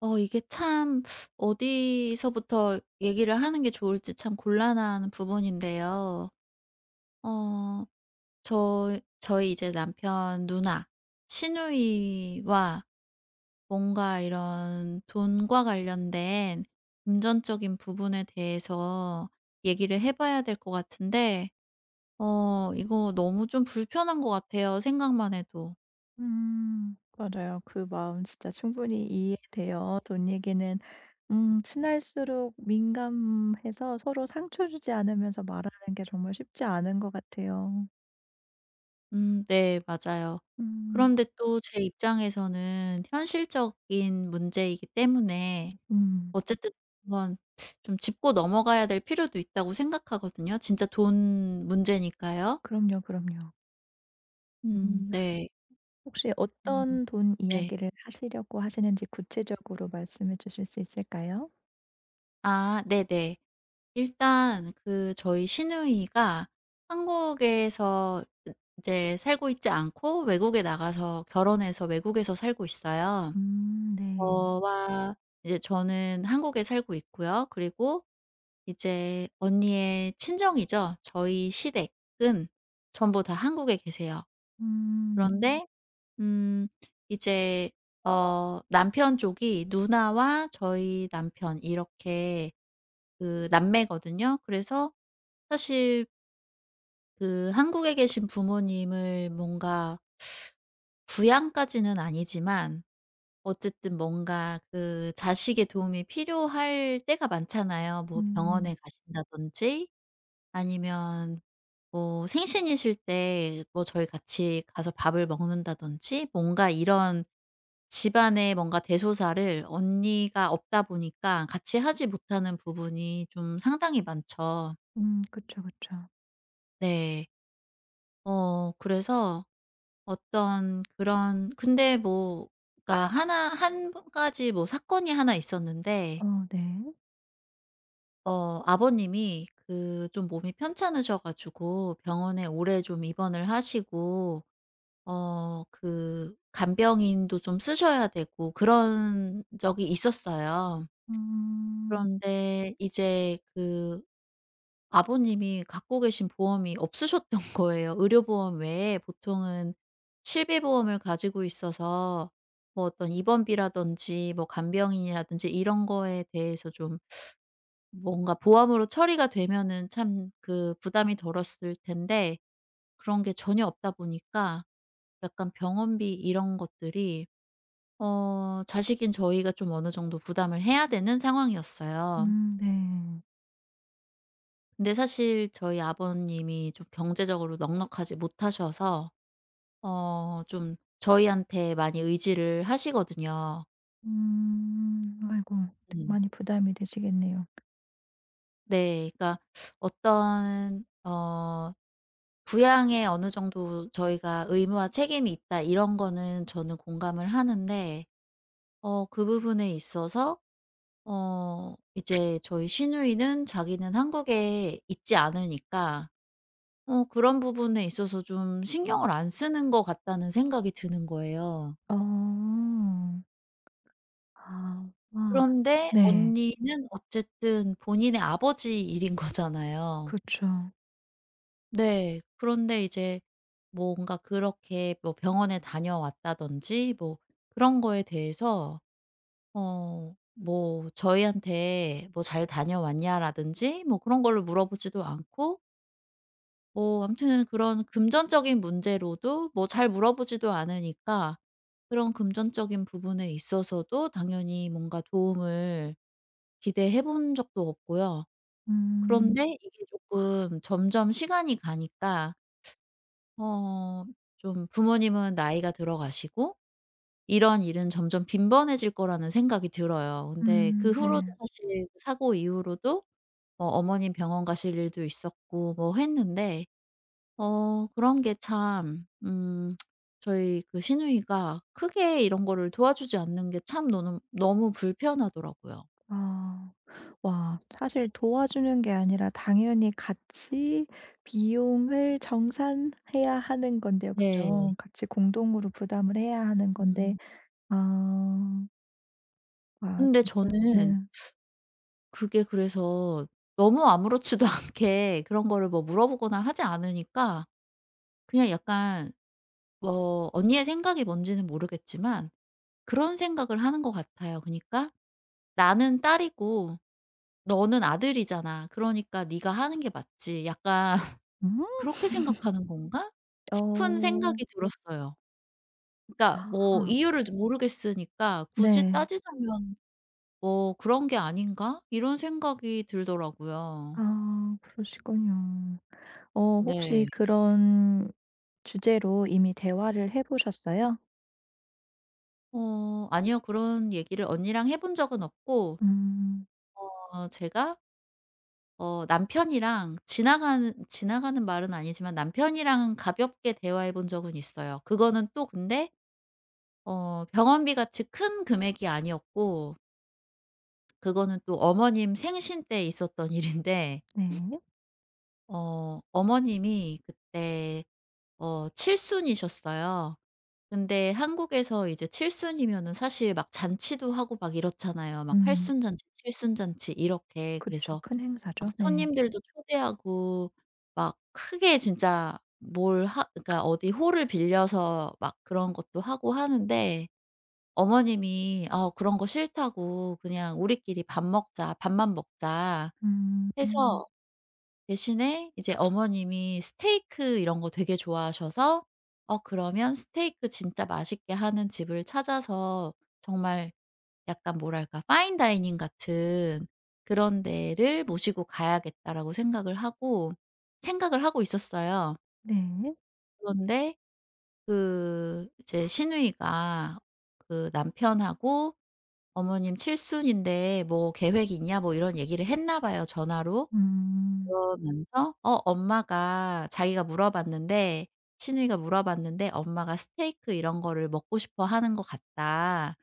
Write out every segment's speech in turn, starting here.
이게 참 어디서부터 얘기를 하는 게 좋을지 참 곤란한 부분인데요. 어 저희 이제 남편 누나, 시누이와 뭔가 이런 돈과 관련된 금전적인 부분에 대해서 얘기를 해 봐야 될 것 같은데, 이거 너무 좀 불편한 것 같아요, 생각만 해도. 음. 맞아요. 그 마음 진짜 충분히 이해돼요. 돈 얘기는 친할수록 민감해서 서로 상처 주지 않으면서 말하는 게 정말 쉽지 않은 것 같아요. 음, 네, 맞아요. 음. 그런데 또 제 입장에서는 현실적인 문제이기 때문에 음. 어쨌든 한번 좀 짚고 넘어가야 될 필요도 있다고 생각하거든요. 진짜 돈 문제니까요. 그럼요, 그럼요. 음. 음, 네. 혹시 음, 어떤 돈 네. 이야기를 하시려고 하시는지 구체적으로 말씀해 주실 수 있을까요? 아, 네네. 일단 그 저희 시누이가 한국에서 이제 살고 있지 않고, 외국에 나가서 결혼해서 외국에서 살고 있어요. 네. 저와, 이제 저는 한국에 살고 있고요. 그리고 이제 언니의 친정이죠, 저희 시댁은 전부 다 한국에 계세요. 음. 음. 그런데 음 이제 남편 쪽이 누나와 저희 남편, 이렇게 그 남매거든요. 그래서 사실 그 한국에 계신 부모님을 뭔가 부양까지는 아니지만 어쨌든 뭔가 그 자식의 도움이 필요할 때가 많잖아요. 뭐 음. 병원에 가신다든지, 아니면 뭐 생신이실 때 뭐 저희 같이 가서 밥을 먹는다든지, 뭔가 이런 집안의 뭔가 대소사를 언니가 없다 보니까 같이 하지 못하는 부분이 좀 상당히 많죠. 음. 그쵸, 그쵸. 네. 그래서 어떤 그런, 근데 뭐 그니까 하나 한 가지 뭐 사건이 하나 있었는데, 어 네. 아버님이 그 좀 몸이 편찮으셔 가지고 병원에 오래 좀 입원을 하시고, 그 간병인도 좀 쓰셔야 되고 그런 적이 있었어요. 음. 그런데 이제 그 아버님이 갖고 계신 보험이 없으셨던 거예요. 의료보험 외에 보통은 실비보험을 가지고 있어서 뭐 어떤 입원비라든지 뭐 간병인이라든지 이런 거에 대해서 좀 뭔가 보험으로 처리가 되면은 참 그 부담이 덜었을 텐데, 그런 게 전혀 없다 보니까 약간 병원비 이런 것들이 자식인 저희가 좀 어느 정도 부담을 해야 되는 상황이었어요. 네. 근데 사실 저희 아버님이 좀 경제적으로 넉넉하지 못하셔서 좀 저희한테 많이 의지를 하시거든요. 음. 아이고 음. 많이 부담이 되시겠네요. 네. 그러니까 어떤 부양에 어느 정도 저희가 의무와 책임이 있다, 이런 거는 저는 공감을 하는데, 그 부분에 있어서 이제 저희 시누이는 자기는 한국에 있지 않으니까 그런 부분에 있어서 좀 신경을 안 쓰는 것 같다는 생각이 드는 거예요. 어. 아. 아. 그런데 네. 언니는 어쨌든 본인의 아버지 일인 거잖아요. 그렇죠. 네. 그런데 이제 뭔가 그렇게 뭐 병원에 다녀왔다든지 뭐 그런 거에 대해서 뭐 저희한테 뭐 "잘 다녀왔냐?"라든지 뭐 그런 걸로 물어보지도 않고, 뭐 아무튼 그런 금전적인 문제로도 뭐 잘 물어보지도 않으니까, 그런 금전적인 부분에 있어서도 당연히 뭔가 도움을 기대해 본 적도 없고요. 음. 그런데 이게 쪼끔 점점 시간이 가니까 어 좀 부모님은 나이가 들어가시고 이런 일은 점점 빈번해질 거라는 생각이 들어요. 근데 그 후로도, 네. 사실 사고 이후로도 어머님 병원 가실 일도 있었고 뭐 했는데, 그런 게 참, 저희 그 시누이가 크게 이런 거를 도와주지 않는 게 참 너무 너무 불편하더라고요. 아. 와 사실 도와주는 게 아니라 당연히 같이 비용을 정산해야 하는 건데요. 네. 그죠? 같이 공동으로 부담을 해야 하는 건데, 음. 아. 아 근데 진짜 네. 저는 그게 그래서 너무 아무렇지도 않게 그런 거를 뭐 물어보거나 하지 않으니까, 그냥 약간, 뭐 언니의 생각이 뭔지는 모르겠지만 그런 생각을 하는 것 같아요. 그니까 러 '나는 딸이고 너는 아들이잖아. 그러니까 네가 하는 게 맞지.' 약간 음? '그렇게 생각하는 건가?' 싶은 어. 생각이 들었어요. 그러니까 뭐 아 이유를 모르겠으니까 '굳이 네. 따지자면 뭐 그런 게 아닌가?' 이런 생각이 들더라고요. 아 그러시군요. 어 혹시 네. 그런 주제로 이미 대화를 해 보셨어요? 아니요, 그런 얘기를 언니랑 해본 적은 없고, 음 제가 남편이랑 지나가는 말은 아니지만 남편이랑 가볍게 대화해 본 적은 있어요. 그거는 또 근데 병원비 같이 큰 금액이 아니었고, 그거는 또 어머님 생신 때 있었던 일인데, 네. 어머님이 그때 칠순이셨어요. 근데 한국에서 이제 칠순이면은 사실 막 잔치도 하고 막 이렇잖아요. 막 음 80순 잔치, 70순 잔치 이렇게. 그쵸. 그래서 큰 막 행사죠. 네. 손님들도 초대하고 막 크게 진짜 뭘 하 그러니까 어디 홀을 빌려서 막 그런 것도 하고 하는데, 어머님이 "아, 그런 거 싫다고 그냥 우리끼리 밥 먹자. 밥만 먹자." 음 음 해서, 대신에 이제 어머님이 스테이크 이런 거 되게 좋아하셔서, 그러면 스테이크 진짜 맛있게 하는 집을 찾아서 정말 약간 뭐랄까 파인 다이닝 같은 그런 데를 모시고 가야겠다라고 생각을 하고 있었어요. 네. 그런데 그 이제 시누이가 그 남편하고 "어머님 칠순인데 뭐 계획 있냐?" 뭐 이런 얘기를 했나 봐요, 전화로. 음. 그러면서 엄마가 자기가 물어봤는데 시누이가 물어봤는데, "엄마가 스테이크 이런 거를 먹고 싶어 하는 것 같다."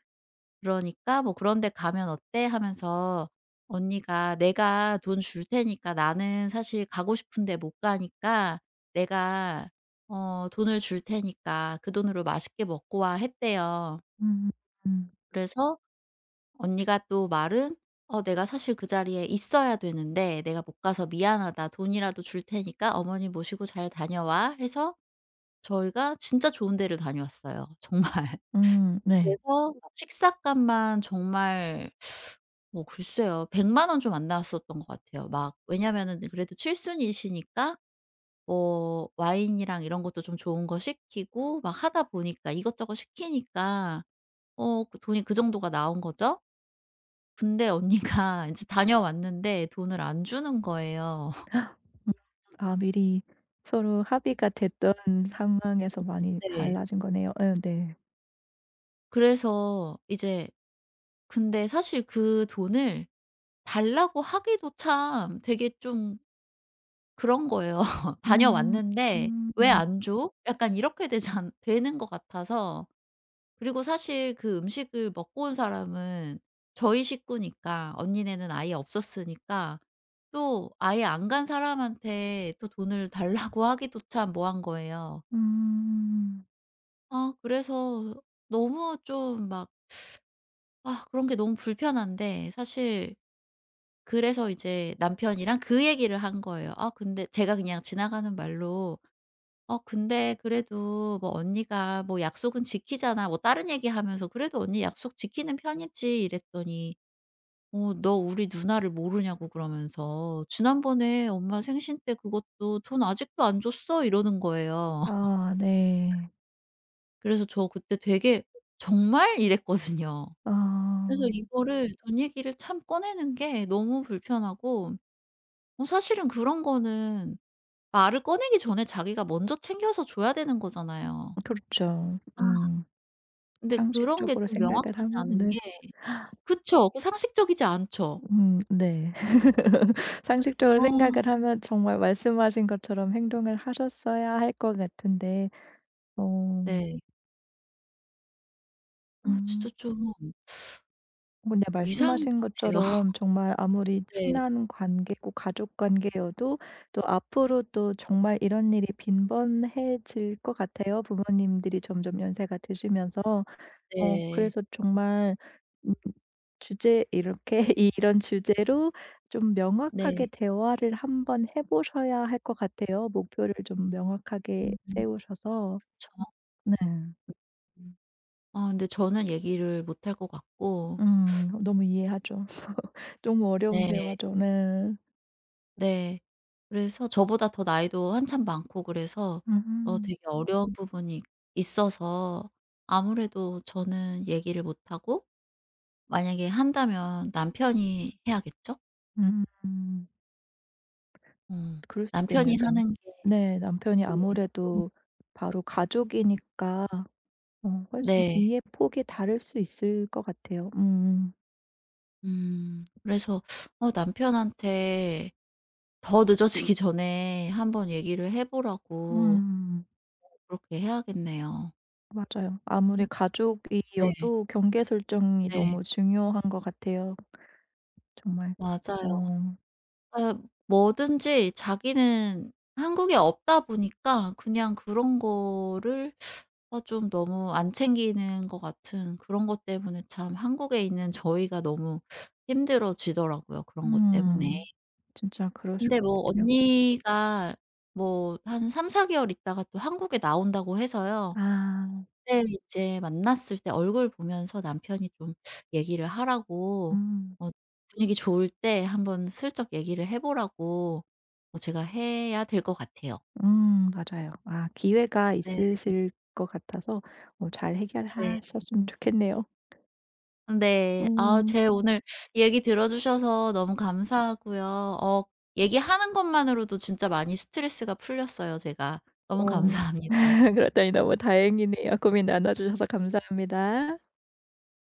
그러니까 "뭐 그런 데 가면 어때?" 하면서, 언니가 "내가 돈 줄 테니까, 나는 사실 가고 싶은데 못 가니까 내가 돈을 줄 테니까, 그 돈으로 맛있게 먹고 와." 했대요. 음 음. 그래서 언니가 또 말은, 내가 사실 그 자리에 있어야 되는데 내가 못 가서 미안하다. 돈이라도 줄 테니까 어머니 모시고 잘 다녀와." 해서, 저희가 진짜 좋은 데를 다녀왔어요, 정말. 네. 그래서 식사값만 정말, 뭐 글쎄요, 1 0 0 원 좀 안 나왔었던 것 같아요. 막 왜냐면은 그래도 칠순이시니까 뭐 와인이랑 이런 것도 좀 좋은 거 시키고 막 하다 보니까 이것저것 시키니까 그 돈이 그 정도가 나온 거죠. 근데 언니가 인제 다녀왔는데 돈을 안 주는 거예요. 헉, 아 미리 서로 합의가 됐던 상황에서 많이 네. 달라진 거네요. 예 네. 그래서 이제, 근데 사실 그 돈을 달라고 하기도 참 되게 좀 그런 거예요. 음 다녀왔는데 '왜 음 안 줘?' 약간 이렇게 되잖 되는 것 같아서. 그리고 사실 그 음식을 먹고 온 사람은 저희 식구니까, 언니네는 아예 없었으니까, 또 아예 안 간 사람한테 또 돈을 달라고 하기도 참 뭐한 거예요. 음. 아, 그래서 너무 좀 막, 아 그런 게 너무 불편한데, 사실 그래서 이제 남편이랑 그 얘기를 한 거예요, 아 근데 제가 그냥 지나가는 말로. 근데 그래도 뭐 언니가 "뭐 약속은 지키잖아." 뭐 다른 얘기하면서 "그래도 언니 약속 지키는 편이지." 이랬더니, 너 우리 누나를 모르냐."고 그러면서 "지난번에 엄마 생신 때 그것도 돈 아직도 안 줬어." 이러는 거예요. 아 네. 그래서 저 그때 되게 '정말?' 이랬거든요. 아 그래서 이거를 돈 얘기를 참 꺼내는 게 너무 불편하고, 사실은 그런 거는 말을 꺼내기 전에 자기가 먼저 챙겨서 줘야 되는 거잖아요. 그렇죠. 아 음. 근데 그런 게 상식적으로 좀 생각을 명확하지 하면 않은 네. 게. 그쵸, 그 상식적이지 않죠. 네. 상식적으로 아, 생각을 하면 정말 말씀하신 것처럼 행동을 하셨어야 할 것 같은데, 어 네. 아 진짜 음 좀 그냥 이상한 것 말씀하신 같아요. 것처럼 정말 아무리 네. 친한 관계고 가족 관계여도 또 앞으로 또 정말 이런 일이 빈번해질 것 같아요, 부모님들이 점점 연세가 드시면서. 어 네. 그래서 정말 음 주제 이렇게 이런 주제로 좀 명확하게 네. 대화를 한번 해 보셔야 할 것 같아요, 목표를 좀 명확하게 음, 세우셔서. 그쵸. 네. 아 근데 저는 얘기를 못할 것 같고. 너무 이해하죠. 너무 어려운 네. 대화죠. 네. 네. 그래서 저보다 더 나이도 한참 많고 그래서 음. 되게 어려운 부분이 있어서, 아무래도 저는 얘기를 못 하고, 만약에 한다면 남편이 해야겠죠? 음. 어. 그럴 수 있겠네요. 남편이 남 하는 게. 네 남편이 네. 좀. 아무래도 바로 가족이니까 어 훨씬 네. 이해 폭이 다를 수 있을 것 같아요. 음. 그래서 남편한테 더 늦어지기 전에 한번 얘기를 해 보라고, 음. 그렇게 해야겠네요. 맞아요. 아무리 음, 네. 가족이어도 경계 설정이 네, 너무 중요한 것 같아요. 정말. 맞아요. 어 아, 뭐든지 자기는 한국에 없다 보니까 그냥 그런 거를 좀 너무 안 챙기는 것 같은, 그런 것 때문에 참 한국에 있는 저희가 너무 힘들어지더라고요, 그런 것 때문에. 음. 진짜 그러실 근데 것 뭐 같아요. 언니가 뭐 한 3~4 개월 있다가 또 한국에 나온다고 해서요. 아 그때 이제 만났을 때 얼굴 보면서 남편이 좀 얘기를 하라고, 음. 어 분위기 좋을 때 한번 슬쩍 얘기를 해 보라고, 제가 해야 될 것 같아요. 맞아요. 아 기회가 네, 있으실 것 같아서 어 잘 네. 해결하셨으면 좋겠네요. 네. 아, 음. 제 오늘 얘기 들어 주셔서 너무 감사하고요. 얘기하는 것만으로도 진짜 많이 스트레스가 풀렸어요, 제가. 너무 어. 감사합니다. 그렇다니 너무 다행이네요. 고민 나눠 주셔서 감사합니다.